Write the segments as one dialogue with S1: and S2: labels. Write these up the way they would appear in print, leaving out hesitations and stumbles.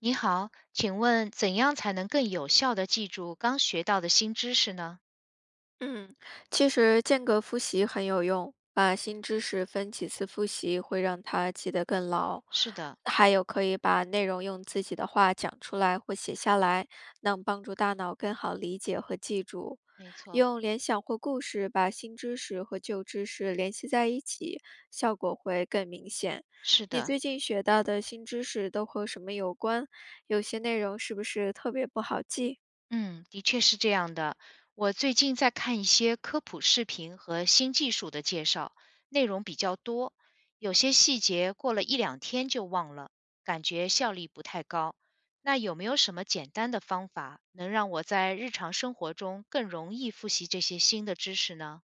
S1: 你好，请问怎样才能更有效地记住刚学到的新知识呢？
S2: 嗯，其实间隔复习很有用，把新知识分几次复习会让它记得更牢。
S1: 是的，
S2: 还有可以把内容用自己的话讲出来或写下来，能帮助大脑更好理解和记住。
S1: 没错，
S2: 用联想或故事把新知识和旧知识联系在一起，效果会更明显。
S1: 是
S2: 你
S1: 的，
S2: 最近学到的新知识都和什么有关？有些内容是不是特别不好记？
S1: 嗯，的确是这样的。我最近在看一些科普视频和新技术的介绍，内容比较多，有些细节过了一两天就忘了，感觉效率不太高。那有没有什么简单的方法能让我在日常生活中更容易复习这些新的知识呢？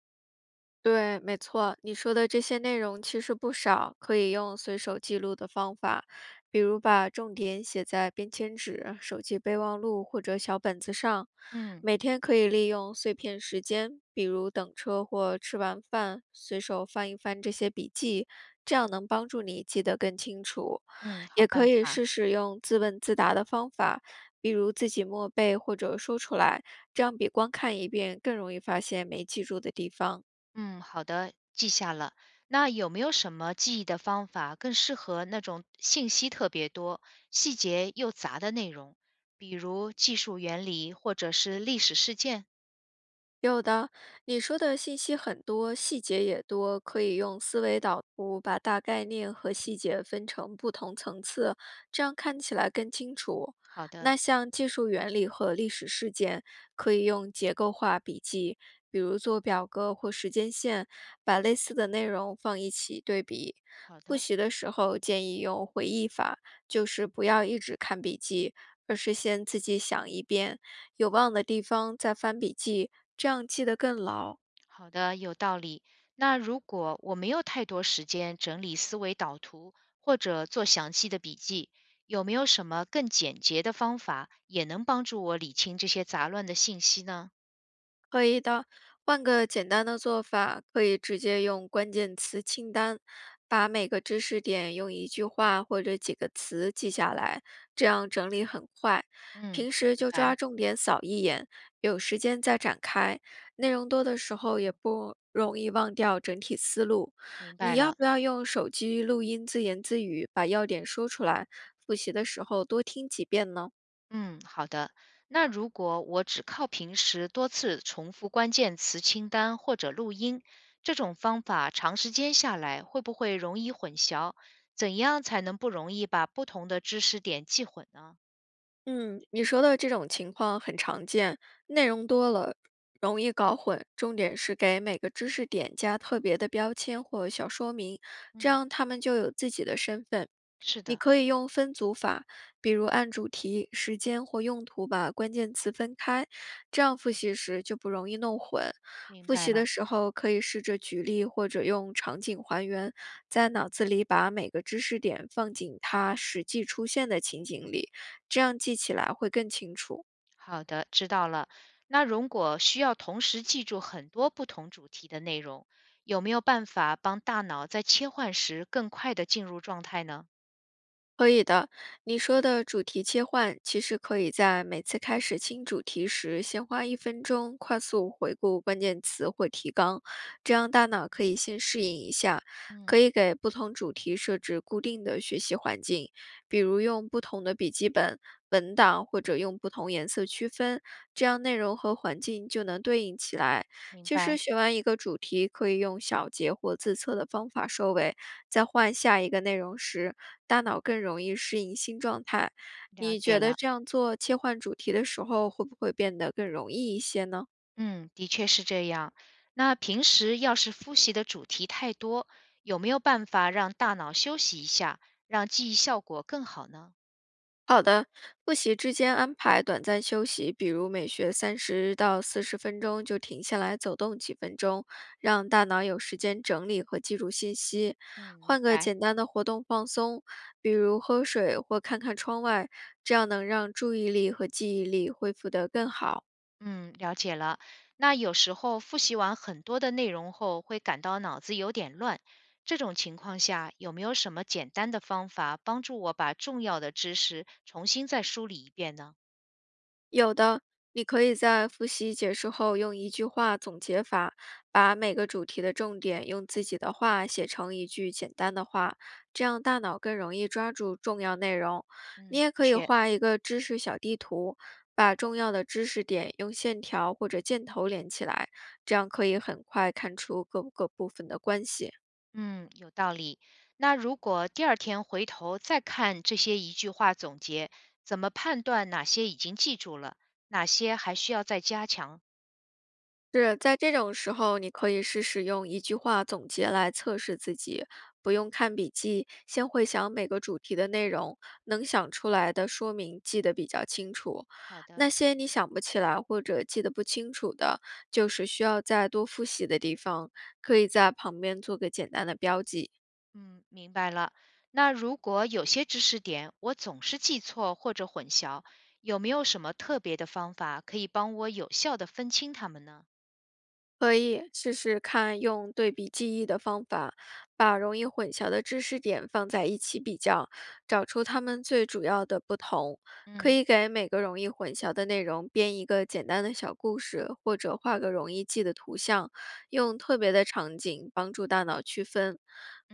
S2: 对，没错，你说的这些内容其实不少，可以用随手记录的方法，比如把重点写在便签纸、手机备忘录或者小本子上。
S1: 嗯
S2: 每天可以利用碎片时间，比如等车或吃完饭，随手翻一翻这些笔记，这样能帮助你记得更清楚。
S1: 嗯，好
S2: 也可
S1: 办
S2: 以
S1: 法。
S2: 试试用自问自答的方法，比如自己默背或者说出来，这样比光看一遍更容易发现没记住的地方。
S1: 嗯，好的，记下了。那有没有什么记忆的方法更适合那种信息特别多、细节又杂的内容？比如技术原理或者是历史事件？
S2: 有的，你说的信息很多，细节也多，可以用思维导图把大概念和细节分成不同层次，这样看起来更清楚。
S1: 好的，
S2: 那像技术原理和历史事件，可以用结构化笔记，比如做表格或时间线，把类似的内容放一起对比。
S1: 好
S2: 复
S1: 的，
S2: 习的时候建议用回忆法，就是不要一直看笔记，而是先自己想一遍。有忘的地方再翻笔记，这样记得更牢。
S1: 好的，有道理。那如果我没有太多时间整理思维导图或者做详细的笔记，有没有什么更简洁的方法也能帮助我理清这些杂乱的信息呢？
S2: 可以的，换个简单的做法，可以直接用关键词清单，把每个知识点用一句话或者几个词记下来，这样整理很快。
S1: 嗯，
S2: 平时
S1: 明
S2: 就
S1: 白，
S2: 抓重点扫一眼，有时间再展开。内容多的时候也不容易忘掉整体思路。
S1: 明
S2: 你
S1: 白
S2: 要
S1: 了。
S2: 不要用手机录音自言自语，把要点说出来？复习的时候多听几遍呢？
S1: 嗯，好的。那如果我只靠平时多次重复关键词清单或者录音，这种方法长时间下来会不会容易混淆？怎样才能不容易把不同的知识点记混呢？
S2: 嗯，你说的这种情况很常见，内容多了容易搞混。重点是给每个知识点加特别的标签或小说明，这
S1: 嗯，
S2: 样他们就有自己的身份。
S1: 是
S2: 你
S1: 的，
S2: 可以用分组法，比如按主题、时间或用途把关键词分开，这样复习时就不容易弄混。
S1: 明
S2: 复
S1: 白
S2: 习的
S1: 了。
S2: 时候可以试着举例或者用场景还原，在脑子里把每个知识点放进它实际出现的情景里。这样记起来会更清楚。
S1: 好的，知道了。那如果需要同时记住很多不同主题的内容，有没有办法帮大脑在切换时更快的进入状态呢？
S2: 可以的，你说的主题切换，其实可以在每次开始新主题时，先花1分钟快速回顾关键词或提纲，这样大脑可以先适应一下。
S1: 嗯，
S2: 可以给不同主题设置固定的学习环境，比如用不同的笔记本、文档或者用不同颜色区分，这样内容和环境就能对应起来。
S1: 明
S2: 其
S1: 白，
S2: 实学完一个主题，可以用小结或自测的方法收尾。在换下一个内容时，大脑更容易适应新状态。
S1: 了
S2: 你
S1: 解
S2: 觉得
S1: 了。
S2: 这样做切换主题的时候，会不会变得更容易一些呢？
S1: 嗯，的确是这样。那平时要是复习的主题太多，有没有办法让大脑休息一下，让记忆效果更好呢？
S2: 好的，复习之间安排短暂休息，比如每学30到40分钟就停下来走动几分钟，让大脑有时间整理和记住信息。
S1: 嗯，明
S2: 换个
S1: 白。
S2: 简单的活动放松，比如喝水或看看窗外，这样能让注意力和记忆力恢复得更好。
S1: 嗯，了解了。那有时候复习完很多的内容后，会感到脑子有点乱，这种情况下，有没有什么简单的方法帮助我把重要的知识重新再梳理一遍呢？
S2: 有的，你可以在复习结束后用一句话总结法，把每个主题的重点用自己的话写成一句简单的话，这样大脑更容易抓住重要内容。你
S1: 嗯，
S2: 也
S1: 的
S2: 可以
S1: 确。
S2: 画一个知识小地图，把重要的知识点用线条或者箭头连起来，这样可以很快看出各个部分的关系。
S1: 嗯，有道理。那如果第二天回头再看这些一句话总结，怎么判断哪些已经记住了，哪些还需要再加强？
S2: 是在这种时候，你可以试试用一句话总结来测试自己，不用看笔记，先回想每个主题的内容，能想出来的说明记得比较清楚。
S1: 好的，
S2: 那些你想不起来或者记得不清楚的，就是需要再多复习的地方，可以在旁边做个简单的标记。
S1: 嗯，明白了。那如果有些知识点我总是记错或者混淆，有没有什么特别的方法可以帮我有效的分清它们呢？
S2: 可以试试看用对比记忆的方法，把容易混淆的知识点放在一起比较，找出它们最主要的不同。可
S1: 嗯
S2: 以给每个容易混淆的内容编一个简单的小故事，或者画个容易记的图像，用特别的场景帮助大脑区分。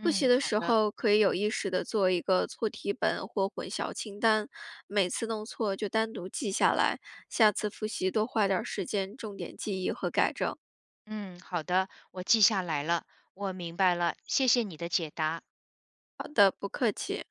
S2: 复习的
S1: 好
S2: 时
S1: 的，
S2: 候，可以有意识的做一个错题本或混淆清单，每次弄错就单独记下来，下次复习多花点儿时间重点记忆和改正。
S1: 嗯好的，我记下来了，我明白了，谢谢你的解答。
S2: 好的，不客气。